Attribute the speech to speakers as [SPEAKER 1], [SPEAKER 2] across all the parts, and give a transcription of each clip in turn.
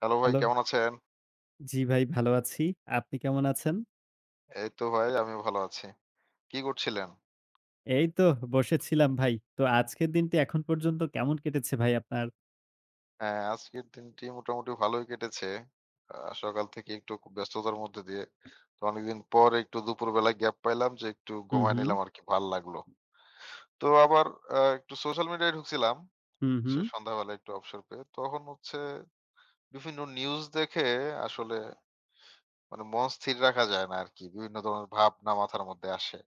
[SPEAKER 1] Hello ভাই,
[SPEAKER 2] hello.
[SPEAKER 1] কেমন আছেন?
[SPEAKER 2] জি ভাই ভালো আছি। আপনি কেমন আছেন?
[SPEAKER 1] এই তো ভাই, আমি ভালো আছি। কি করছিলেন?
[SPEAKER 2] এই তো বসেছিলাম ভাই। তো আজকের দিনটি এখন পর্যন্ত কেমন কেটেছে ভাই আপনার?
[SPEAKER 1] হ্যাঁ, আজকের দিনটি মোটামুটি ভালোই কেটেছে। আ সকাল থেকে একটু খুব ব্যস্ততার মধ্যে দিয়ে। তো অনেকদিন পর একটু দুপুরবেলা গ্যাপ পাইলাম যে একটু
[SPEAKER 2] হুম,
[SPEAKER 1] ঘুমায়
[SPEAKER 2] হুম,
[SPEAKER 1] নিলাম আরকি, ভাল লাগলো। তো আবার একটু সোশ্যাল মিডিয়ায় ঢুকছিলাম।
[SPEAKER 2] হুম,
[SPEAKER 1] সে
[SPEAKER 2] হুম,
[SPEAKER 1] সন্ধ্যাবেলা একটু অবসর পেয়ে। তখন হচ্ছে বিভিন্ন নিউজ দেখে আসলে মানে মন স্থির রাখা যায় না আরকি। বিভিন্ন ধরনের ভাবনা মাথার মধ্যে আসে।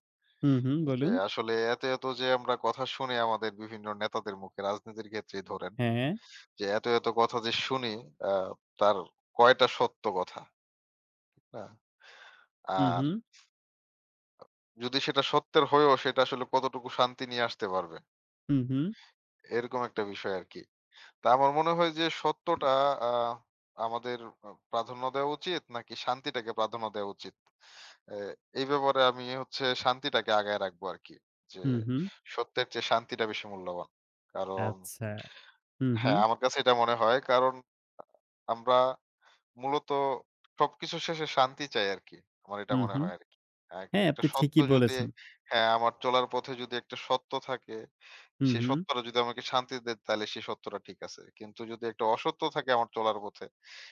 [SPEAKER 2] হুম, হুম
[SPEAKER 1] যে
[SPEAKER 2] বলুন।
[SPEAKER 1] আসলে এত যে আমরা কথা শুনি আমাদের বিভিন্ন নেতাদের মুখে রাজনীতির ক্ষেত্রেই ধরেন,
[SPEAKER 2] হ্যাঁ,
[SPEAKER 1] যে এত কথা যে শুনি আ তার কয়টা সত্য কথা, না?
[SPEAKER 2] হুম,
[SPEAKER 1] আর
[SPEAKER 2] হুম,
[SPEAKER 1] যদি সেটা সত্যের হয়েও সেটা আসলে কতটুকু শান্তি নিয়ে আসতে পারবে,
[SPEAKER 2] হুম, হুম,
[SPEAKER 1] এরকম একটা বিষয় আরকি। তা আমার মনে হয় যে সত্যটা আ আমাদের প্রাধান্য দেওয়া উচিত নাকি শান্তিটাকে প্রাধান্য দেওয়া উচিত? এ এই ব্যাপারে আমি হচ্ছে শান্তিটাকে আগায় রাখবো আরকি। যে
[SPEAKER 2] হুম, হুম।
[SPEAKER 1] সত্যের চেয়ে শান্তিটা বেশি মূল্যবান। কারণ
[SPEAKER 2] আচ্ছা। হুম,
[SPEAKER 1] হ্যাঁ,
[SPEAKER 2] হুম,
[SPEAKER 1] আমার কাছে এটা মনে হয়। কারণ আমরা মূলত সবকিছু শেষে শান্তি চাই আরকি। আমার এটা
[SPEAKER 2] হুম,
[SPEAKER 1] মনে
[SPEAKER 2] হুম।
[SPEAKER 1] হয় আরকি। আ একটা
[SPEAKER 2] হ্যাঁ,
[SPEAKER 1] একটা
[SPEAKER 2] আপনি
[SPEAKER 1] সত্য
[SPEAKER 2] ঠিকই
[SPEAKER 1] যদি
[SPEAKER 2] বলেছেন।
[SPEAKER 1] হ্যাঁ, আমার চলার পথে যদি একটা সত্য থাকে,
[SPEAKER 2] হুম,
[SPEAKER 1] সেই
[SPEAKER 2] হুম,
[SPEAKER 1] সত্যটা যদি আমাকে শান্তি দেয় তাহলে সেই সত্যটা ঠিক আছে। কিন্তু যদি একটা অসত্য থাকে আমার চলার পথে,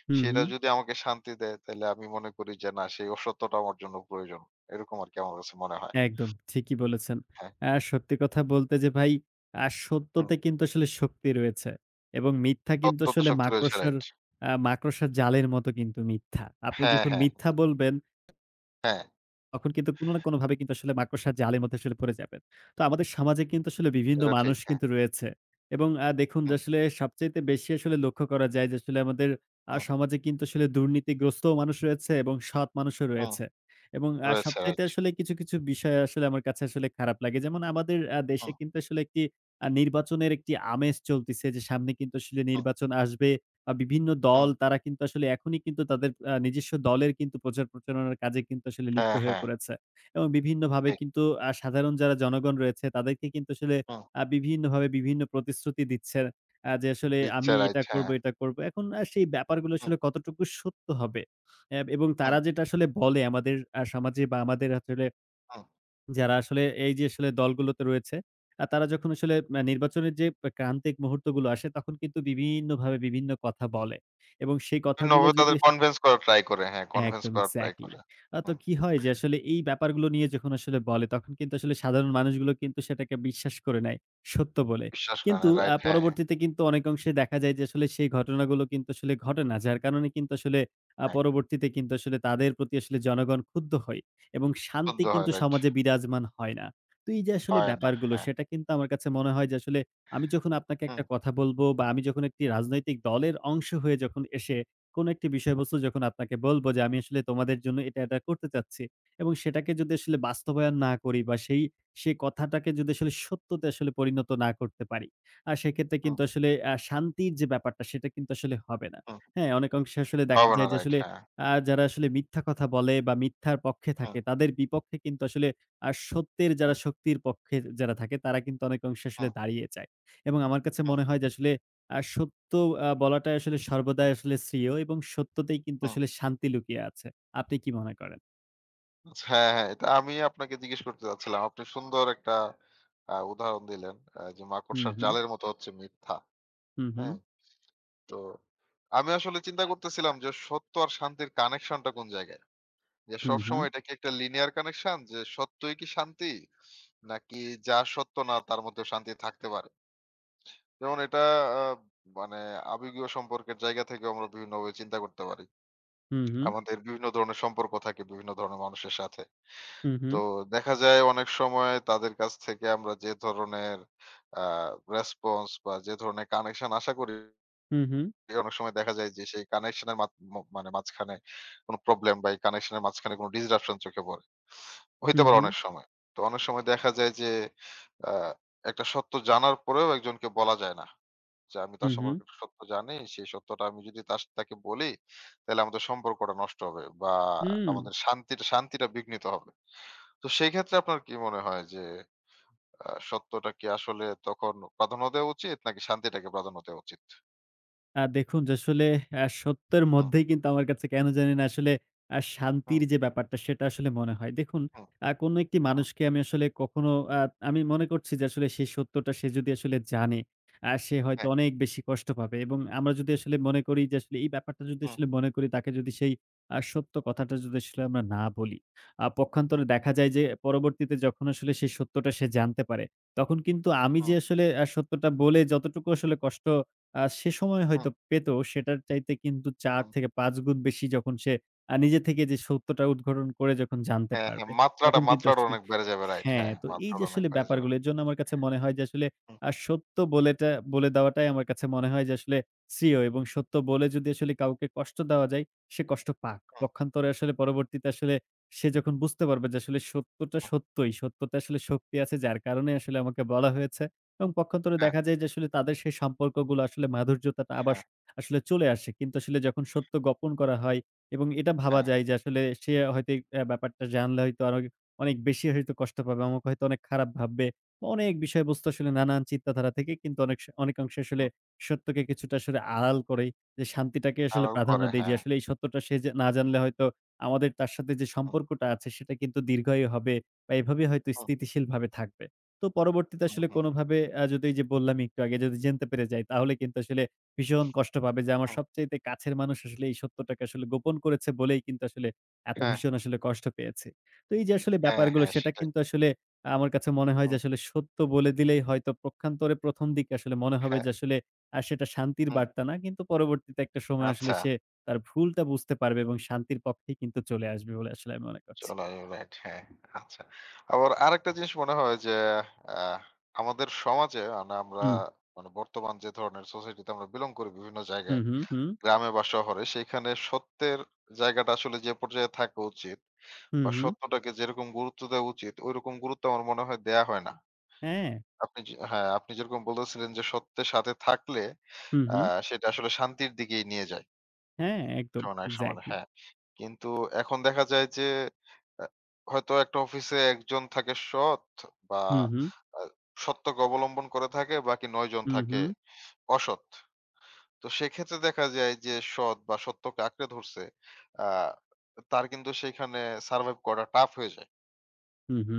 [SPEAKER 2] হুম,
[SPEAKER 1] সেটা
[SPEAKER 2] হুম।
[SPEAKER 1] যদি আমাকে শান্তি দেয় তাহলে আমি মনে করি যে না সেই অসত্যটা আমার জন্য প্রয়োজন। এরকম আরকি আমার কাছে মনে হয়।
[SPEAKER 2] একদম ঠিকই বলেছেন।
[SPEAKER 1] হ্যাঁ।
[SPEAKER 2] সত্যি কথা বলতে যে ভাই
[SPEAKER 1] হুম।
[SPEAKER 2] সত্যতে কিন্তু আসলে শক্তি রয়েছে এবং মিথ্যা কিন্তু
[SPEAKER 1] সত্য তো
[SPEAKER 2] আসলে
[SPEAKER 1] শক্তির অধিকারী,
[SPEAKER 2] মাকড়সার
[SPEAKER 1] রাইট।
[SPEAKER 2] মাকড়সার জালের মতো কিন্তু মিথ্যা। আপনি
[SPEAKER 1] হ্যাঁ,
[SPEAKER 2] যখন
[SPEAKER 1] হ্যাঁ।
[SPEAKER 2] মিথ্যা বলবেন
[SPEAKER 1] হ্যাঁ,
[SPEAKER 2] তখন কিন্তু কোনো না কোনোভাবে কিন্তু আসলে মাকড়সার জালের মধ্যে আসলে পড়ে যাবেন। তো আমাদের সমাজে কিন্তু আসলে বিভিন্ন
[SPEAKER 1] এটা ঠিক।
[SPEAKER 2] মানুষ
[SPEAKER 1] হ্যাঁ।
[SPEAKER 2] কিন্তু রয়েছে এবং দেখুন যে
[SPEAKER 1] হুম,
[SPEAKER 2] আসলে সবচাইতে বেশি আসলে লক্ষ্য করা যায় যে আসলে আমাদের
[SPEAKER 1] হুম,
[SPEAKER 2] সমাজে কিন্তু আসলে দুর্নীতিগ্রস্তও মানুষ রয়েছে এবং সৎ মানুষও
[SPEAKER 1] হুম।
[SPEAKER 2] রয়েছে এবং
[SPEAKER 1] রয়েছে,
[SPEAKER 2] সবচাইতে
[SPEAKER 1] রাইট।
[SPEAKER 2] আসলে কিছু, কিছু বিষয় আসলে আমার কাছে আসলে খারাপ লাগে। যেমন আমাদের দেশে
[SPEAKER 1] হুম,
[SPEAKER 2] কিন্তু আসলে একটি নির্বাচনের একটি আমেজ চলতিছে যে সামনে কিন্তু আসলে
[SPEAKER 1] হুম,
[SPEAKER 2] নির্বাচন আসবে। বিভিন্ন দল
[SPEAKER 1] হুম।
[SPEAKER 2] তারা কিন্তু আসলে এখনই কিন্তু তাদের নিজস্ব দলের কিন্তু প্রচার প্রচারণার কাজে কিন্তু আসলে লিপ্ত
[SPEAKER 1] হ্যাঁ,
[SPEAKER 2] হয়ে
[SPEAKER 1] হ্যাঁ,
[SPEAKER 2] পড়েছে। এবং বিভিন্নভাবে
[SPEAKER 1] ঠিক।
[SPEAKER 2] কিন্তু সাধারণ যারা জনগণ রয়েছে তাদেরকে কিন্তু আসলে
[SPEAKER 1] হুম।
[SPEAKER 2] বিভিন্নভাবে বিভিন্ন প্রতিশ্রুতি দিচ্ছে। যে আসলে
[SPEAKER 1] দিচ্ছে,
[SPEAKER 2] আমি
[SPEAKER 1] রাইট,
[SPEAKER 2] এটা করব,
[SPEAKER 1] হ্যাঁ।
[SPEAKER 2] এটা করব। এখন সেই ব্যাপারগুলো
[SPEAKER 1] হুম,
[SPEAKER 2] আসলে কতটুকু সত্য হবে? এবং
[SPEAKER 1] হুম,
[SPEAKER 2] তারা যেটা আসলে বলে আমাদের সমাজে বা আমাদের আসলে
[SPEAKER 1] হুম।
[SPEAKER 2] যারা আসলে এই যে আসলে দলগুলোতে রয়েছে, তারা যখন আসলে নির্বাচনের যে ক্রান্তিক মুহূর্তগুলো আসে, তখন কিন্তু বিভিন্নভাবে বিভিন্ন কথা বলে এবং সেই কথাগুলো
[SPEAKER 1] বিভিন্নভাবে তাদের
[SPEAKER 2] যদি
[SPEAKER 1] কনভিন্স করার ট্রাই করে। হ্যাঁ, কনভিন্স
[SPEAKER 2] একদম
[SPEAKER 1] করার ট্রাই
[SPEAKER 2] এক্সাক্টলি।
[SPEAKER 1] করে।
[SPEAKER 2] তো
[SPEAKER 1] হুম।
[SPEAKER 2] কি হয় যে আসলে এই ব্যাপারগুলো নিয়ে যখন আসলে বলে তখন কিন্তু আসলে সাধারণ মানুষগুলো কিন্তু সেটাকে বিশ্বাস করে নেয় সত্য বলে।
[SPEAKER 1] বিশ্বাস করে না।
[SPEAKER 2] কিন্তু
[SPEAKER 1] রাইট, হ্যাঁ,
[SPEAKER 2] পরবর্তীতে কিন্তু অনেক অংশে দেখা যায় যে আসলে সেই ঘটনাগুলো কিন্তু আসলে ঘটে না। যার কারণে কিন্তু আসলে
[SPEAKER 1] হ্যাঁ।
[SPEAKER 2] পরবর্তীতে কিন্তু আসলে তাদের প্রতি আসলে জনগণ ক্ষুব্ধ হয় এবং
[SPEAKER 1] ক্ষুব্ধ
[SPEAKER 2] শান্তি
[SPEAKER 1] হয়,
[SPEAKER 2] কিন্তু
[SPEAKER 1] রাইট।
[SPEAKER 2] সমাজে বিরাজমান হয় না। তো এই যে আসলে
[SPEAKER 1] হয় না,
[SPEAKER 2] ব্যাপারগুলো
[SPEAKER 1] হ্যাঁ।
[SPEAKER 2] সেটা কিন্তু আমার কাছে মনে হয় যে আসলে আমি যখন আপনাকে
[SPEAKER 1] হুম,
[SPEAKER 2] একটা কথা বলব বা আমি যখন একটি রাজনৈতিক দলের অংশ হয়ে যখন এসে কোন একটি বিষয়বস্তু যখন আপনাকে বলব যে, আমি আসলে তোমাদের জন্য এটা, এটা করতে চাচ্ছি এবং সেটাকে যদি আসলে বাস্তবায়ন না করি বা সেই, সেই কথাটাকে যদি আসলে সত্যতে আসলে পরিণত না করতে পারি, সেক্ষেত্রে
[SPEAKER 1] হুম,
[SPEAKER 2] কিন্তু আসলে শান্তির যে ব্যাপারটা সেটা কিন্তু আসলে হবে না।
[SPEAKER 1] হুম।
[SPEAKER 2] হ্যাঁ, অনেকাংশে আসলে দেখা
[SPEAKER 1] হবে না,
[SPEAKER 2] যায় যে
[SPEAKER 1] রাইট,
[SPEAKER 2] আসলে
[SPEAKER 1] হ্যাঁ।
[SPEAKER 2] যারা আসলে মিথ্যা কথা বলে বা মিথ্যার পক্ষে
[SPEAKER 1] হুম,
[SPEAKER 2] থাকে তাদের বিপক্ষে কিন্তু আসলে সত্যের
[SPEAKER 1] হুম,
[SPEAKER 2] যারা শক্তির পক্ষে যারা থাকে তারা কিন্তু অনেকাংশে আসলে
[SPEAKER 1] হুম,
[SPEAKER 2] দাঁড়িয়ে যায় এবং আমার কাছে
[SPEAKER 1] হুম,
[SPEAKER 2] মনে হয় যে আসলে সত্য বলাটাই আসলে
[SPEAKER 1] হুম,
[SPEAKER 2] সর্বদাই আসলে শ্রেয় এবং সত্যতেই কিন্তু
[SPEAKER 1] হুম।
[SPEAKER 2] আসলে শান্তি লুকিয়ে আছে। আপনি কি মনে করেন?
[SPEAKER 1] আচ্ছা, হ্যাঁ, হ্যাঁ। এটা আমি আপনাকে জিজ্ঞেস করতে চাচ্ছিলাম। আপনি সুন্দর একটা উদাহরণ দিলেন। যে
[SPEAKER 2] হুম,
[SPEAKER 1] মাকড়সার
[SPEAKER 2] হুম,
[SPEAKER 1] জালের মতো হচ্ছে মিথ্যা।
[SPEAKER 2] হুম, হুম,
[SPEAKER 1] হ্যাঁ? তো আমি আসলে চিন্তা করতেছিলাম যে সত্য আর শান্তির কানেকশনটা কোন জায়গায়? যে
[SPEAKER 2] হুম, হুম,
[SPEAKER 1] সবসময় এটা কি একটা লিনিয়ার কানেকশন যে সত্যই কি শান্তি? নাকি যা সত্য না তার মধ্যেও শান্তি থাকতে পারে? যেমন এটা আ মানে আবেগীয় সম্পর্কের জায়গা থেকেও আমরা বিভিন্নভাবে চিন্তা করতে পারি।
[SPEAKER 2] হুম, হুম,
[SPEAKER 1] আমাদের বিভিন্ন ধরনের সম্পর্ক থাকে বিভিন্ন ধরনের মানুষের সাথে।
[SPEAKER 2] হুম,
[SPEAKER 1] তো দেখা যায় অনেক সময় তাদের কাছ থেকে আমরা যে ধরনের আ রেসপন্স বা যে ধরনের কানেকশন আশা করি
[SPEAKER 2] হুম, হুম,
[SPEAKER 1] অনেক সময় দেখা যায় যে সেই কানেকশনের মাত ম মানে মাঝখানে কোনো প্রবলেম বা এই কানেকশনের মাঝখানে কোনো ডিসরাপশন চোখে পড়ে। হইতে
[SPEAKER 2] হুম, হুম,
[SPEAKER 1] পারে
[SPEAKER 2] হুম,
[SPEAKER 1] অনেক সময়। তো অনেক সময় দেখা যায় যে আ একটা সত্য জানার পরেও একজনকে বলা যায় না। যে আমি তার
[SPEAKER 2] হুম।
[SPEAKER 1] সম্পর্কে একটা সত্য জানি। সেই সত্যটা আমি যদি তাকে বলি তাহলে আমাদের সম্পর্কটা নষ্ট হবে বা
[SPEAKER 2] হুম
[SPEAKER 1] আমাদের শান্তিটা শান্তিটা বিঘ্নিত হবে। তো সেই ক্ষেত্রে আপনার কি মনে হয় যে সত্যটা কি আসলে তখন প্রাধান্য দেওয়া উচিত নাকি শান্তিটাকে প্রাধান্য দেওয়া উচিত?
[SPEAKER 2] দেখুন যে আসলে সত্যের
[SPEAKER 1] হুম,
[SPEAKER 2] মধ্যেই কিন্তু আমার কাছে কেন জানি না আসলে
[SPEAKER 1] হুম,
[SPEAKER 2] শান্তির যে ব্যাপারটা সেটা আসলে মনে হয়। দেখুন
[SPEAKER 1] হুম,
[SPEAKER 2] কোনো একটি
[SPEAKER 1] হুম।
[SPEAKER 2] মানুষকে আমি আসলে কখনো আ আমি মনে করছি যে আসলে সেই সত্যটা সে যদি আসলে জানে, সে হয়তো
[SPEAKER 1] হ্যাঁ।
[SPEAKER 2] অনেক বেশি কষ্ট পাবে এবং আমরা যদি আসলে মনে করি যে আসলে এই ব্যাপারটা যদি
[SPEAKER 1] হুম,
[SPEAKER 2] আসলে মনে করি তাকে যদি সেই সত্য কথাটা যদি আসলে আমরা না বলি,
[SPEAKER 1] হুম,
[SPEAKER 2] পক্ষান্তরে দেখা যায় যে পরবর্তীতে যখন আসলে সেই সত্যটা সে জানতে পারে, তখন কিন্তু আমি
[SPEAKER 1] হুম,
[SPEAKER 2] যে আসলে সত্যটা বলে যতটুকু আসলে কষ্ট সে সময়
[SPEAKER 1] হুম,
[SPEAKER 2] হয়তো পেত সেটার চাইতে কিন্তু ৪
[SPEAKER 1] হুম।
[SPEAKER 2] থেকে ৫ গুণ বেশি যখন সে নিজে থেকে যে সত্যটা উদ্ঘাটন করে যখন জানতে
[SPEAKER 1] হ্যাঁ, হ্যাঁ,
[SPEAKER 2] পারবে,
[SPEAKER 1] মাত্রাটা
[SPEAKER 2] তখন কিন্তু
[SPEAKER 1] মাত্রাটা
[SPEAKER 2] আসলে
[SPEAKER 1] অনেক বেড়ে যাবে। রাইট,
[SPEAKER 2] হ্যাঁ,
[SPEAKER 1] হ্যাঁ, হুম।
[SPEAKER 2] তো এই যে
[SPEAKER 1] মাত্রাটা অনেক
[SPEAKER 2] আসলে
[SPEAKER 1] বেড়ে যাবে।
[SPEAKER 2] ব্যাপারগুলো এর জন্য আমার কাছে মনে হয় যে আসলে
[SPEAKER 1] হুম,
[SPEAKER 2] সত্য বলেটা বলে দেওয়াটাই আমার কাছে মনে হয় যে আসলে শ্রেয় এবং সত্য বলে যদি আসলে কাউকে কষ্ট দেওয়া যায়, সে কষ্ট পাক।
[SPEAKER 1] হুম,
[SPEAKER 2] পক্ষান্তরে আসলে পরবর্তীতে আসলে সে যখন বুঝতে পারবে যে আসলে সত্যটা
[SPEAKER 1] হুম।
[SPEAKER 2] সত্যই, সত্যতে আসলে শক্তি আছে যার কারণে আসলে আমাকে বলা হয়েছে। এবং পক্ষান্তরে
[SPEAKER 1] হ্যাঁ,
[SPEAKER 2] দেখা যায় যে আসলে তাদের সেই সম্পর্কগুলো আসলে মাধুর্যতাটা আবার
[SPEAKER 1] হ্যাঁ,
[SPEAKER 2] আসলে চলে আসে। কিন্তু আসলে যখন সত্য গোপন করা হয় এবং এটা ভাবা
[SPEAKER 1] হ্যাঁ,
[SPEAKER 2] যায় যে আসলে সে হয়তো এই ব্যাপারটা জানলে হয়তো আরো অনেক বেশি হয়তো কষ্ট পাবে। আমাকে হয়তো অনেক খারাপ ভাববে। বা অনেক বিষয়বস্তু আসলে নানান চিন্তাধারা থেকে কিন্তু অনেক অনেকাংশে আসলে
[SPEAKER 1] হুম।
[SPEAKER 2] সত্যকে কিছুটা আসলে আড়াল করে যে শান্তিটাকে আসলে
[SPEAKER 1] আড়াল
[SPEAKER 2] প্রাধান্য
[SPEAKER 1] করে,
[SPEAKER 2] দেই যে
[SPEAKER 1] হ্যাঁ।
[SPEAKER 2] আসলে এই সত্যটা সে যে না জানলে হয়তো আমাদের তার সাথে যে
[SPEAKER 1] হুম,
[SPEAKER 2] সম্পর্কটা আছে সেটা কিন্তু দীর্ঘায়ু হবে বা এভাবে হয়তো
[SPEAKER 1] হুম,
[SPEAKER 2] স্থিতিশীলভাবে থাকবে। তো পরবর্তীতে
[SPEAKER 1] হুম,
[SPEAKER 2] আসলে
[SPEAKER 1] হুম,
[SPEAKER 2] কোনোভাবে যদি এই যে বললাম একটু আগে যদি জানতে পেরে যাই, তাহলে কিন্তু আসলে ভীষণ কষ্ট পাবে যে আমার
[SPEAKER 1] হুম।
[SPEAKER 2] সবচাইতে কাছের মানুষ আসলে এই সত্যটাকে আসলে গোপন করেছে বলেই কিন্তু আসলে এত
[SPEAKER 1] হ্যাঁ,
[SPEAKER 2] ভীষণ আসলে কষ্ট পেয়েছে। তো এই যে আসলে
[SPEAKER 1] হ্যাঁ,
[SPEAKER 2] ব্যাপারগুলো
[SPEAKER 1] হ্যাঁ,
[SPEAKER 2] সেটা
[SPEAKER 1] সেটাই।
[SPEAKER 2] কিন্তু আসলে আমার কাছে মনে হয় যে
[SPEAKER 1] হুম,
[SPEAKER 2] আসলে সত্য বলে দিলেই হয়তো প্রক্ষান্তরে ১ম দিকে আসলে মনে হবে
[SPEAKER 1] হ্যাঁ,
[SPEAKER 2] যে আসলে সেটা শান্তির
[SPEAKER 1] হুম।
[SPEAKER 2] বার্তা না। কিন্তু পরবর্তীতে একটা সময় আসলে
[SPEAKER 1] আচ্ছা,
[SPEAKER 2] সে তার ভুলটা বুঝতে পারবে এবং শান্তির পক্ষেই কিন্তু চলে আসবে বলে আসলে আমি মনে করছি।
[SPEAKER 1] চলো রাইট, হ্যাঁ, আচ্ছা। আবার আরেকটা জিনিস মনে হয় যে আহ আমাদের সমাজে মানে আমরা
[SPEAKER 2] হুম।
[SPEAKER 1] মানে বর্তমান যে ধরনের সোসাইটিতে আমরা বিলং করি বিভিন্ন
[SPEAKER 2] হু,
[SPEAKER 1] জায়গায়,
[SPEAKER 2] হু, হু।
[SPEAKER 1] গ্রামে বা শহরে, সেইখানে সত্যের জায়গাটা আসলে যে পর্যায়ে থাকা উচিত
[SPEAKER 2] হু,
[SPEAKER 1] বা
[SPEAKER 2] হু।
[SPEAKER 1] সত্যটাকে যেরকম গুরুত্ব দেওয়া উচিত ঐরকম গুরুত্ব আমার মনে হয় দেয়া হয় না।
[SPEAKER 2] হ্যাঁ।
[SPEAKER 1] আপনি যে হ্যাঁ, আপনি যেরকম বলেছিলেন যে সত্যের সাথে থাকলে
[SPEAKER 2] হু,
[SPEAKER 1] আ
[SPEAKER 2] হু।
[SPEAKER 1] সেটা আসলে শান্তির দিকেই নিয়ে যায়।
[SPEAKER 2] হ্যাঁ, একদম।
[SPEAKER 1] সমানে এক সমানে
[SPEAKER 2] এক্সাক্টলি।
[SPEAKER 1] হ্যাঁ। কিন্তু এখন দেখা যায় যে আ হয়তো একটা অফিসে একজন থাকে সৎ বা
[SPEAKER 2] হু, হু,
[SPEAKER 1] আ সত্যকে অবলম্বন করে থাকে বাকি ৯ জন
[SPEAKER 2] হু, হু,
[SPEAKER 1] থাকে অসৎ। তো সেক্ষেত্রে দেখা যায় যে সৎ বা সত্যকে আঁকড়ে ধরছে আ তার কিন্তু সেইখানে সারভাইভ করা টাফ হয়ে যায়।
[SPEAKER 2] হু,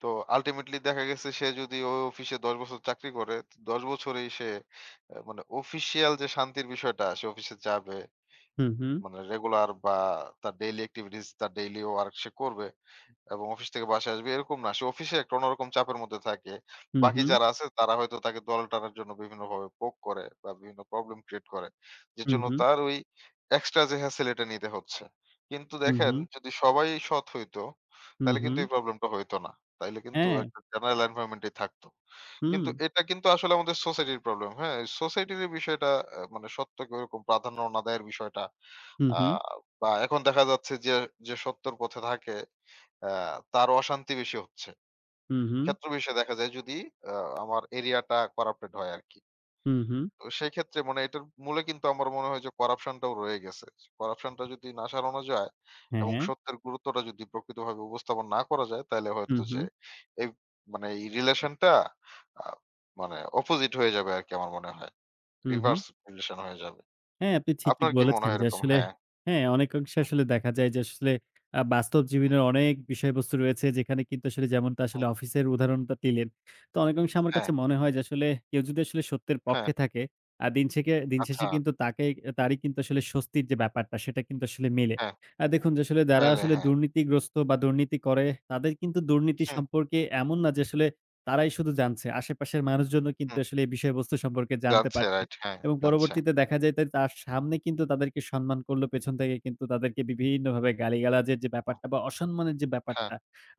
[SPEAKER 1] তো আল্টিমেটলি দেখা গেছে সে যদি ওই অফিসে ১০ বছর চাকরি করে, ১০ বছরেই সে মানে অফিসিয়াল যে শান্তির বিষয়টা সে অফিসে যাবে,
[SPEAKER 2] হু, হু,
[SPEAKER 1] মানে রেগুলার বা তার ডেইলি এক্টিভিটিস, তার ডেইলি ওয়ার্ক সে করবে। এবং অফিস থেকে বাসায় আসবে এরকম না। সে অফিসে একটা অন্যরকম চাপের মধ্যে থাকে।
[SPEAKER 2] হু,
[SPEAKER 1] বাকি
[SPEAKER 2] হু,
[SPEAKER 1] যারা আছে তারা হয়তো তাকে দলে টানার জন্য বিভিন্নভাবে পোক করে বা বিভিন্ন প্রবলেম ক্রিয়েট করে। যে
[SPEAKER 2] হু,
[SPEAKER 1] জন্য
[SPEAKER 2] হু, হু,
[SPEAKER 1] তার ওই এক্সট্রা যে হ্যাসেল এটা নিতে হচ্ছে। কিন্তু
[SPEAKER 2] হু,
[SPEAKER 1] দেখেন
[SPEAKER 2] হু,
[SPEAKER 1] যদি সবাই সৎ হইতো
[SPEAKER 2] হু,
[SPEAKER 1] তাহলে
[SPEAKER 2] হু।
[SPEAKER 1] কিন্তু এই প্রবলেমটা হইতো না। তাইলে কিন্তু
[SPEAKER 2] হ্যাঁ,
[SPEAKER 1] একটা জেনারেল এনভায়রনমেন্ট এই থাকতো।
[SPEAKER 2] হুম।
[SPEAKER 1] কিন্তু এটা কিন্তু আসলে আমাদের সোসাইটির প্রবলেম। হ্যাঁ? সোসাইটির এই বিষয়টা মানে সত্যকে ওরকম প্রাধান্য না দেওয়ার বিষয়টা।
[SPEAKER 2] হু,
[SPEAKER 1] আ
[SPEAKER 2] হু,
[SPEAKER 1] বা এখন দেখা যাচ্ছে যে, যে সত্যর পথে থাকে আ তার অশান্তি বেশি হচ্ছে।
[SPEAKER 2] হু, হু,
[SPEAKER 1] ক্ষেত্রবিশেষে দেখা যায় যদি আ আমার এরিয়াটা করাপ্টেড হয় আরকি।
[SPEAKER 2] হু, হু।
[SPEAKER 1] তো সেই ক্ষেত্রে মানে এটার মূলে কিন্তু আমার মনে হয় যে করাপশনটাও রয়ে গেছে। করাপশনটা যদি না সারানো যায় এবং
[SPEAKER 2] হ্যাঁ,
[SPEAKER 1] সত্যের গুরুত্বটা যদি প্রকৃতভাবে উপস্থাপন না করা যায় তাইলে
[SPEAKER 2] হু,
[SPEAKER 1] হয়তো
[SPEAKER 2] হু,
[SPEAKER 1] যে এই মানে এই রিলেশনটা আ মানে অপোজিট হয়ে যাবে আরকি আমার মনে হয়।
[SPEAKER 2] হু, হু।
[SPEAKER 1] রিভার্স রিলেশন হয়ে যাবে।
[SPEAKER 2] হ্যাঁ, আপনি ঠিকই
[SPEAKER 1] আপনার কি মনে
[SPEAKER 2] বলেছেন
[SPEAKER 1] হয়
[SPEAKER 2] যে
[SPEAKER 1] এরকম?
[SPEAKER 2] আসলে
[SPEAKER 1] হ্যাঁ।
[SPEAKER 2] হ্যাঁ, অনেক অংশে
[SPEAKER 1] হুম,
[SPEAKER 2] আসলে দেখা যায় যে আসলে বাস্তব
[SPEAKER 1] হুম,
[SPEAKER 2] জীবনের অনেক বিষয়বস্তু রয়েছে যেখানে কিন্তু আসলে যেমনটা
[SPEAKER 1] হুম।
[SPEAKER 2] আসলে অফিসের উদাহরণটা দিলেন। তো অনেক অংশে আমার
[SPEAKER 1] হ্যাঁ,
[SPEAKER 2] কাছে মনে হয় যে আসলে কেউ যদি আসলে সত্যের
[SPEAKER 1] হ্যাঁ।
[SPEAKER 2] পক্ষে থাকে, আ দিন শেখে দিন
[SPEAKER 1] আচ্ছা।
[SPEAKER 2] শেষে কিন্তু তাকে তারই কিন্তু আসলে স্বস্তির যে ব্যাপারটা সেটা কিন্তু আসলে মেলে।
[SPEAKER 1] হ্যাঁ,
[SPEAKER 2] দেখুন যে আসলে যারা
[SPEAKER 1] মেলে
[SPEAKER 2] আসলে
[SPEAKER 1] হ্যাঁ।
[SPEAKER 2] দুর্নীতিগ্রস্ত বা দুর্নীতি করে তাদের কিন্তু দুর্নীতি
[SPEAKER 1] হুম,
[SPEAKER 2] সম্পর্কে এমন না যে আসলে তারাই শুধু জানছে। আশেপাশের মানুষজনও কিন্তু
[SPEAKER 1] হুম।
[SPEAKER 2] আসলে এই বিষয়বস্তু সম্পর্কে জানতে
[SPEAKER 1] জানছে,
[SPEAKER 2] পারছে।
[SPEAKER 1] রাইট হ্যাঁ,
[SPEAKER 2] এবং
[SPEAKER 1] জানছে।
[SPEAKER 2] পরবর্তীতে দেখা যায় তা তার সামনে কিন্তু তাদেরকে সম্মান করলো, পেছন থেকে কিন্তু তাদেরকে বিভিন্নভাবে গালিগালাজের যে
[SPEAKER 1] হুম,
[SPEAKER 2] ব্যাপারটা বা অসম্মানের যে
[SPEAKER 1] হ্যাঁ,
[SPEAKER 2] ব্যাপারটা,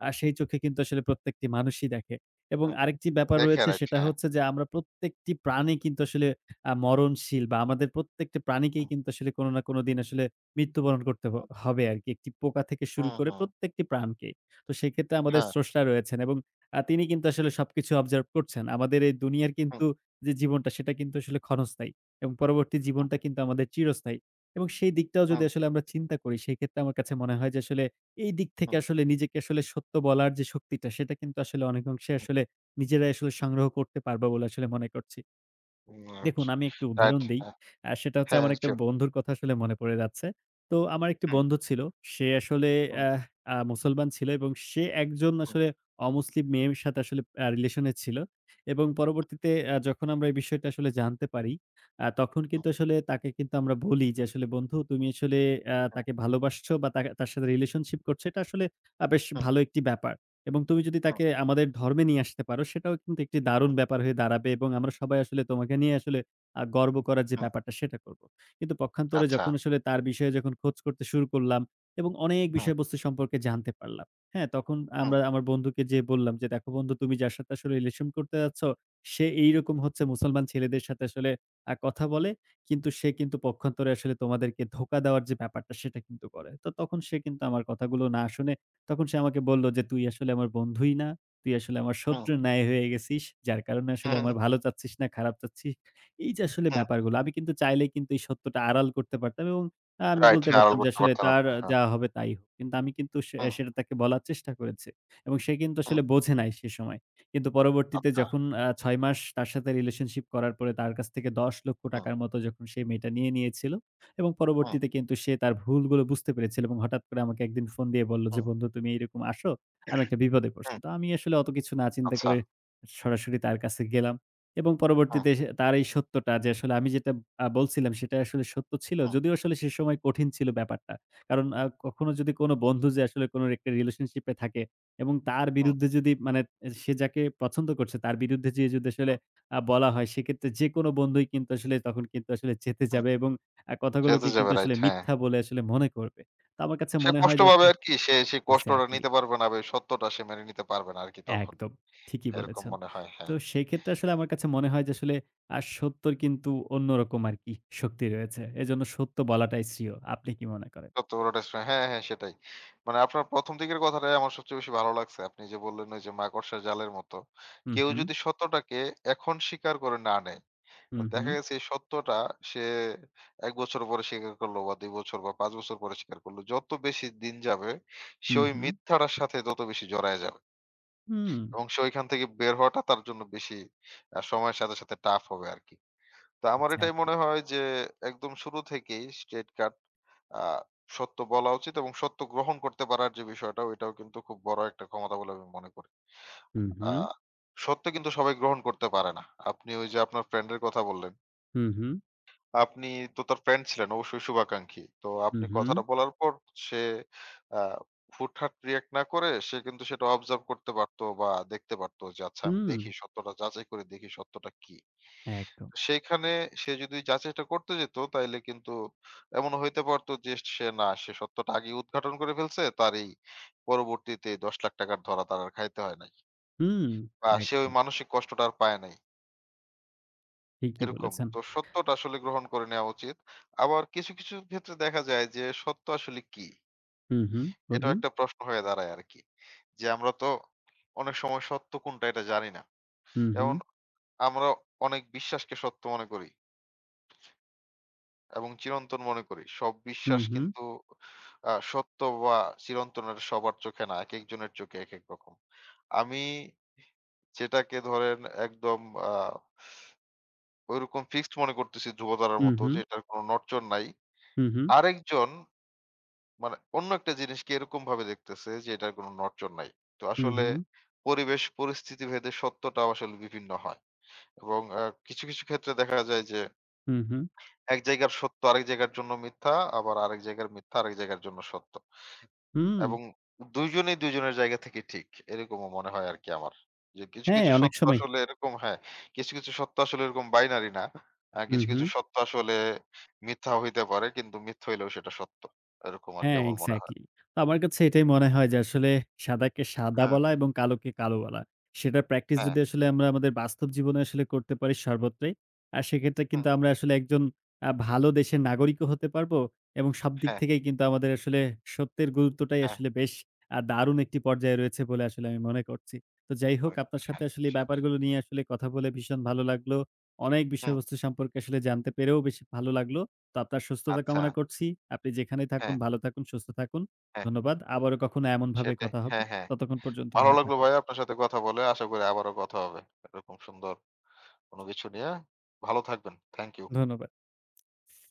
[SPEAKER 2] সেই চোখে কিন্তু আসলে প্রত্যেকটি মানুষই দেখে। এবং
[SPEAKER 1] হুম,
[SPEAKER 2] আরেকটি ব্যাপার
[SPEAKER 1] দেখে,
[SPEAKER 2] রয়েছে
[SPEAKER 1] রাইট
[SPEAKER 2] সেটা
[SPEAKER 1] হ্যাঁ।
[SPEAKER 2] হচ্ছে যে আমরা প্রত্যেকটি প্রাণী কিন্তু আসলে মরণশীল বা আমাদের প্রত্যেকটি প্রাণীকেই
[SPEAKER 1] হুম,
[SPEAKER 2] কিন্তু আসলে কোনো না কোনো দিন আসলে মৃত্যুবরণ করতে
[SPEAKER 1] হুম,
[SPEAKER 2] হবে আরকি। একটি পোকা থেকে শুরু
[SPEAKER 1] হুম,
[SPEAKER 2] করে
[SPEAKER 1] হুম,
[SPEAKER 2] প্রত্যেকটি প্রাণকেই। তো সেক্ষেত্রে আমাদের
[SPEAKER 1] হ্যাঁ,
[SPEAKER 2] স্রষ্টা রয়েছেন এবং তিনি কিন্তু আসলে সবকিছু অবজার্ভ করছেন। আমাদের এই দুনিয়ার
[SPEAKER 1] হুম,
[SPEAKER 2] কিন্তু যে জীবনটা সেটা কিন্তু আসলে ক্ষণস্থায়ী। এবং পরবর্তী
[SPEAKER 1] হুম,
[SPEAKER 2] জীবনটা কিন্তু আমাদের চিরস্থায়ী। এবং সেই দিকটাও যদি
[SPEAKER 1] হুম,
[SPEAKER 2] আসলে আমরা চিন্তা করি, সেক্ষেত্রে আমার কাছে মনে হয় যে আসলে এই দিক থেকে
[SPEAKER 1] হুম,
[SPEAKER 2] আসলে নিজেকে আসলে সত্য বলার যে শক্তিটা, সেটা কিন্তু আসলে অনেক অংশে
[SPEAKER 1] হুম,
[SPEAKER 2] আসলে নিজেরাই আসলে সংগ্রহ করতে পারবো বলে আসলে মনে করছি।
[SPEAKER 1] হুম, রাইট,
[SPEAKER 2] দেখুন আমি একটু
[SPEAKER 1] রাইট,
[SPEAKER 2] উদাহরণ দেই।
[SPEAKER 1] হ্যাঁ,
[SPEAKER 2] সেটা হচ্ছে
[SPEAKER 1] হ্যাঁ,
[SPEAKER 2] আমার একটা
[SPEAKER 1] শিওর।
[SPEAKER 2] বন্ধুর কথা আসলে মনে পড়ে যাচ্ছে। তো আমার একটি
[SPEAKER 1] হুম,
[SPEAKER 2] বন্ধু ছিল। সে আসলে
[SPEAKER 1] হুম,
[SPEAKER 2] অ্যাহ মুসলমান ছিল এবং সে একজন
[SPEAKER 1] হুম,
[SPEAKER 2] আসলে অমুসলিম মেয়ের সাথে আসলে রিলেশন এ ছিল। এবং পরবর্তীতে যখন আমরা এই বিষয়টা আসলে জানতে পারি, তখন
[SPEAKER 1] হুম,
[SPEAKER 2] কিন্তু আসলে তাকে কিন্তু আমরা বলি যে আসলে বন্ধু তুমি আসলে তাকে ভালোবাসছো বা তাকে তার সাথে রিলেশনশিপ করছো। এটা আসলে বেশ
[SPEAKER 1] হুম,
[SPEAKER 2] ভালো একটি ব্যাপার। এবং তুমি যদি
[SPEAKER 1] হুম,
[SPEAKER 2] তাকে আমাদের ধর্মে নিয়ে আসতে পারো, সেটাও কিন্তু একটি দারুণ
[SPEAKER 1] হুম,
[SPEAKER 2] ব্যাপার হয়ে দাঁড়াবে এবং আমরা সবাই আসলে তোমাকে নিয়ে আসলে গর্ব করার যে
[SPEAKER 1] হুম,
[SPEAKER 2] ব্যাপারটা সেটা করব। কিন্তু পক্ষান্তরে
[SPEAKER 1] আচ্ছা।
[SPEAKER 2] যখন আসলে তার বিষয়ে যখন খোঁজ করতে শুরু করলাম এবং অনেক
[SPEAKER 1] হুম,
[SPEAKER 2] বিষয়বস্তু সম্পর্কে জানতে পারলাম। হ্যাঁ, তখন
[SPEAKER 1] হুম,
[SPEAKER 2] আমরা আমার বন্ধুকে যেয়ে বললাম যে, "দেখো বন্ধু তুমি যার সাথে আসলে রিলেশন করতে যাচ্ছ, সে এইরকম হচ্ছে মুসলমান ছেলেদের সাথে আসলে কথা বলে। কিন্তু সে কিন্তু পক্ষান্তরে আসলে তোমাদেরকে ধোঁকা দেওয়ার যে ব্যাপারটা সেটা কিন্তু করে।" তো তখন সে কিন্তু আমার কথাগুলো না শুনে তখন সে আমাকে বলল যে, "তুই আসলে আমার বন্ধুই না। তুই আসলে আমার
[SPEAKER 1] হুম,
[SPEAKER 2] শত্রুর ন্যায় হয়ে গেছিস। যার কারণে আসলে
[SPEAKER 1] হুম,
[SPEAKER 2] আমার ভালো চাচ্ছিস না, খারাপ চাচ্ছিস।" এই যে আসলে
[SPEAKER 1] হুম,
[SPEAKER 2] ব্যাপারগুলো আমি কিন্তু চাইলেই কিন্তু এই সত্যটা আড়াল করতে পারতাম এবং আমি
[SPEAKER 1] রাইট
[SPEAKER 2] বলতে
[SPEAKER 1] হ্যাঁ, আড়াল
[SPEAKER 2] পারতাম যে
[SPEAKER 1] করতে
[SPEAKER 2] আসলে
[SPEAKER 1] পারতেন
[SPEAKER 2] তার
[SPEAKER 1] আপনি। হ্যাঁ,
[SPEAKER 2] যা হবে তাই হোক। কিন্তু আমি কিন্তু
[SPEAKER 1] হুম,
[SPEAKER 2] সেটা তাকে বলার চেষ্টা করেছি এবং সে কিন্তু
[SPEAKER 1] হুম,
[SPEAKER 2] আসলে বোঝে নাই সে সময়। কিন্তু পরবর্তীতে
[SPEAKER 1] আচ্ছা।
[SPEAKER 2] যখন ৬ মাস তার সাথে রিলেশনশিপ করার পরে তার কাছ থেকে
[SPEAKER 1] হুম,
[SPEAKER 2] ৳১০,০০,০০০ মতো যখন সেই মেয়েটা নিয়ে নিয়েছিল এবং
[SPEAKER 1] হুম,
[SPEAKER 2] পরবর্তীতে কিন্তু সে তার ভুলগুলো বুঝতে পেরেছিল এবং হঠাৎ করে আমাকে একদিন ফোন দিয়ে বলল যে,
[SPEAKER 1] হুম,
[SPEAKER 2] "বন্ধু তুমি এরকম আসো, আমি একটা বিপদে পড়ছি।"
[SPEAKER 1] হুম,
[SPEAKER 2] তো আমি আসলে অত কিছু না চিন্তা
[SPEAKER 1] আচ্ছা।
[SPEAKER 2] করে সরাসরি তার কাছে গেলাম এবং
[SPEAKER 1] হুম,
[SPEAKER 2] পরবর্তীতে সে তার এই সত্যটা যে আসলে আমি যেটা বলছিলাম সেটা আসলে সত্য ছিল।
[SPEAKER 1] হুম,
[SPEAKER 2] যদিও আসলে সে সময় কঠিন ছিল ব্যাপারটা। কারণ কখনো যদি কোনো বন্ধু যে আসলে কোনো একটা রিলেশনশিপ এ থাকে এবং তার
[SPEAKER 1] হুম,
[SPEAKER 2] বিরুদ্ধে যদি মানে সে যাকে পছন্দ করছে তার বিরুদ্ধে যেয়ে যদি আসলে
[SPEAKER 1] হুম,
[SPEAKER 2] বলা হয় সেক্ষেত্রে যেকোনো বন্ধুই কিন্তু আসলে তখন কিন্তু আসলে চেতে
[SPEAKER 1] হুম,
[SPEAKER 2] যাবে এবং
[SPEAKER 1] যেহেতু
[SPEAKER 2] কথাগুলোকে
[SPEAKER 1] যাবে,
[SPEAKER 2] কিন্তু
[SPEAKER 1] রাইট
[SPEAKER 2] আসলে
[SPEAKER 1] হ্যাঁ।
[SPEAKER 2] মিথ্যা বলে আসলে মনে করবে। তো আমার কাছে
[SPEAKER 1] সে
[SPEAKER 2] মনে হয়
[SPEAKER 1] কষ্ট
[SPEAKER 2] যে
[SPEAKER 1] পাবে
[SPEAKER 2] আসলে
[SPEAKER 1] আরকি। সে সেই কষ্টটা
[SPEAKER 2] এক্সাক্টলি
[SPEAKER 1] নিতে পারবে না বা এই সত্যটা সে মেনে নিতে পারবে না আরকি তখন।
[SPEAKER 2] একদম ঠিকই
[SPEAKER 1] এরকম
[SPEAKER 2] বলেছেন।
[SPEAKER 1] মনে হয়,
[SPEAKER 2] তো
[SPEAKER 1] হ্যাঁ।
[SPEAKER 2] সেক্ষেত্রে আসলে আমার কাছে মনে হয় যে আসলে সত্যর কিন্তু অন্যরকম আরকি শক্তি রয়েছে। এজন্য সত্য বলাটাই শ্রেয়। আপনি কি মনে করেন?
[SPEAKER 1] সত্য বড়টা স হ্যাঁ, হ্যাঁ সেটাই। মানে আপনার ১ম দিকের কথাটাই আমার সবচেয়ে বেশি ভালো লাগছে। আপনি যে বললেন ওই যে মাকড়সার জালের মতো।
[SPEAKER 2] হু,
[SPEAKER 1] কেউ
[SPEAKER 2] হু,
[SPEAKER 1] যদি সত্যটাকে এখন স্বীকার করে না নেয়,
[SPEAKER 2] হু,
[SPEAKER 1] তো
[SPEAKER 2] হু,
[SPEAKER 1] দেখা গেছে এই সত্যটা সে ১ বছর পরে স্বীকার করলো বা ২ বছর বা ৫ বছর পরে স্বীকার করলো। যত বেশি দিন যাবে
[SPEAKER 2] হু,
[SPEAKER 1] সে ওই
[SPEAKER 2] হু,
[SPEAKER 1] মিথ্যাটার সাথে তত বেশি জড়ায় যাবে।
[SPEAKER 2] হুম,
[SPEAKER 1] এবং সে ওইখান থেকে বের হওয়াটা তার জন্য বেশি সময়ের সাথে, সাথে টাফ হবে আরকি। তো আমার এটাই
[SPEAKER 2] এক্সাক্টলি।
[SPEAKER 1] মনে হয় যে একদম শুরু থেকেই স্ট্রেইট কাট আ সত্য বলা উচিত এবং সত্য গ্রহণ করতে পারার যে বিষয়টা ওইটাও কিন্তু খুব বড় একটা ক্ষমতা বলে আমি মনে করি।
[SPEAKER 2] হু,
[SPEAKER 1] আ
[SPEAKER 2] হু,
[SPEAKER 1] সত্য কিন্তু সবাই গ্রহণ করতে পারে না। আপনি ওই যে আপনার ফ্রেন্ডের কথা বললেন।
[SPEAKER 2] হু, হু,
[SPEAKER 1] আপনি তো তার ফ্রেন্ড ছিলেন অবশ্যই শুভাকাঙ্ক্ষী। তো
[SPEAKER 2] হু,
[SPEAKER 1] আপনি
[SPEAKER 2] হু,
[SPEAKER 1] কথাটা বলার পর সে আ হুটহাট রিঅ্যাক্ট না করে সে কিন্তু সেটা অবজার্ভ করতে পারতো বা দেখতে পারতো যে আচ্ছা আমি
[SPEAKER 2] হুম,
[SPEAKER 1] দেখি সত্যটা যাচাই করে দেখি সত্যটা কি।
[SPEAKER 2] একদম।
[SPEAKER 1] সেইখানে সে যদি যাচাইটা করতে যেত তাইলে কিন্তু এমনও হইতে পারতো যে সে না সে সত্যটা আগে উদ্ঘাটন করে ফেলছে তার এই পরবর্তীতে ১০ লাখ টাকার ধরা তার আর খাইতে হয় নাই।
[SPEAKER 2] হুম,
[SPEAKER 1] বা সে ওই
[SPEAKER 2] একদম।
[SPEAKER 1] মানসিক কষ্টটা আর পায় নাই।
[SPEAKER 2] ঠিকই
[SPEAKER 1] এরকম।
[SPEAKER 2] বলেছেন।
[SPEAKER 1] তো সত্যটা আসলে গ্রহণ করে নেওয়া উচিত। আবার কিছু ক্ষেত্রে দেখা যায় যে সত্য আসলে কি?
[SPEAKER 2] হু, হু,
[SPEAKER 1] এটাও
[SPEAKER 2] বলুন।
[SPEAKER 1] একটা প্রশ্ন হয়ে দাঁড়ায় আরকি। যে আমরা তো অনেক সময় সত্য কোনটা এটা জানি না।
[SPEAKER 2] হু, হু,
[SPEAKER 1] যেমন আমরা অনেক বিশ্বাসকে সত্য মনে করি। এবং চিরন্তন মনে করি। সব
[SPEAKER 2] হু,
[SPEAKER 1] বিশ্বাস
[SPEAKER 2] হু,
[SPEAKER 1] কিন্তু সত্য বা চিরন্তন এটা সবার চোখে না। একেক জনের চোখে একেক রকম। আমি যেটাকে ধরেন একদম আ ঐরকম ফিক্সড মনে করতেছি ধ্রুবতারার
[SPEAKER 2] হু,
[SPEAKER 1] মতো
[SPEAKER 2] হু,
[SPEAKER 1] যে এটার কোনো নড়চড় নাই।
[SPEAKER 2] হু, হু,
[SPEAKER 1] আরেকজন মানে অন্য একটা জিনিসকে এরকমভাবে দেখতেছে যে এটার কোনো নড়চড় নাই। তো
[SPEAKER 2] হু,
[SPEAKER 1] আসলে
[SPEAKER 2] হু,
[SPEAKER 1] পরিবেশ পরিস্থিতি ভেদে সত্যটাও আসলে বিভিন্ন হয়। এবং কিছু ক্ষেত্রে দেখা যায় যে
[SPEAKER 2] হু, হু।
[SPEAKER 1] এক জায়গার সত্য আরেক জায়গার জন্য মিথ্যা, আবার আরেক জায়গার মিথ্যা আরেক জায়গার জন্য সত্য।
[SPEAKER 2] হুম,
[SPEAKER 1] এবং ২ জনেই ২ জনের জায়গা থেকে ঠিক। এরকমও মনে হয় আরকি আমার। যে কিছু,
[SPEAKER 2] হ্যাঁ,
[SPEAKER 1] কিছু
[SPEAKER 2] অনেক
[SPEAKER 1] সত্য
[SPEAKER 2] সময়
[SPEAKER 1] আসলে এরকম হ্যাঁ, কিছু সত্য আসলে এরকম বাইনারি না।
[SPEAKER 2] হুম,
[SPEAKER 1] কিছু,
[SPEAKER 2] হুম।
[SPEAKER 1] কিছু সত্য আসলে মিথ্যাও হইতে পারে কিন্তু মিথ্যা হইলেও সেটা সত্য। এরকম আরকি
[SPEAKER 2] হ্যাঁ,
[SPEAKER 1] আমার মনে হয়।
[SPEAKER 2] এক্সাক্টলি। তো আমার কাছে এটাই মনে
[SPEAKER 1] হ্যাঁ,
[SPEAKER 2] হয় যে আসলে সাদাকে সাদা
[SPEAKER 1] হ্যাঁ,
[SPEAKER 2] বলা এবং কালোকে কালো বলা। সেটার প্র্যাকটিস
[SPEAKER 1] হ্যাঁ,
[SPEAKER 2] যদি আসলে আমরা আমাদের বাস্তব জীবনে আসলে করতে পারি সর্বত্রই, আর
[SPEAKER 1] হুম,
[SPEAKER 2] সেক্ষেত্রে
[SPEAKER 1] হুম,
[SPEAKER 2] কিন্তু আমরা আসলে একজন ভালো দেশের নাগরিকও হতে পারবো এবং সব দিক
[SPEAKER 1] হ্যাঁ,
[SPEAKER 2] থেকেই কিন্তু আমাদের আসলে সত্যের গুরুত্বটাই
[SPEAKER 1] হ্যাঁ,
[SPEAKER 2] আসলে বেশ দারুণ একটি পর্যায়ে রয়েছে বলে আসলে আমি মনে করছি। তো যাই হোক
[SPEAKER 1] অনেক
[SPEAKER 2] আপনার
[SPEAKER 1] কিছু,
[SPEAKER 2] সাথে
[SPEAKER 1] হ্যাঁ,
[SPEAKER 2] আসলে এই
[SPEAKER 1] সেটাই।
[SPEAKER 2] ব্যাপারগুলো নিয়ে আসলে কথা বলে ভীষণ ভালো লাগলো। অনেক
[SPEAKER 1] হুম,
[SPEAKER 2] বিষয়বস্তু সম্পর্কে আসলে জানতে পেরেও বেশ ভালো লাগলো। তো আপনার সুস্থতা
[SPEAKER 1] আচ্ছা।
[SPEAKER 2] কামনা করছি। আপনি যেখানেই
[SPEAKER 1] হ্যাঁ,
[SPEAKER 2] থাকুন, ভালো থাকুন, সুস্থ থাকুন।
[SPEAKER 1] হ্যাঁ,
[SPEAKER 2] ধন্যবাদ। আবারও কখনো এমনভাবে
[SPEAKER 1] সেটাই।
[SPEAKER 2] কথা হবে।
[SPEAKER 1] হ্যাঁ, হ্যাঁ।
[SPEAKER 2] ততক্ষণ পর্যন্ত
[SPEAKER 1] ভালো
[SPEAKER 2] ভালো
[SPEAKER 1] লাগলো
[SPEAKER 2] থাকুন।
[SPEAKER 1] ভাই আপনার সাথে কথা বলে। আশা করি আবারও কথা হবে। এরকম সুন্দর কোনো কিছু নিয়ে। ভালো থাকবেন। Thank you.
[SPEAKER 2] ধন্যবাদ।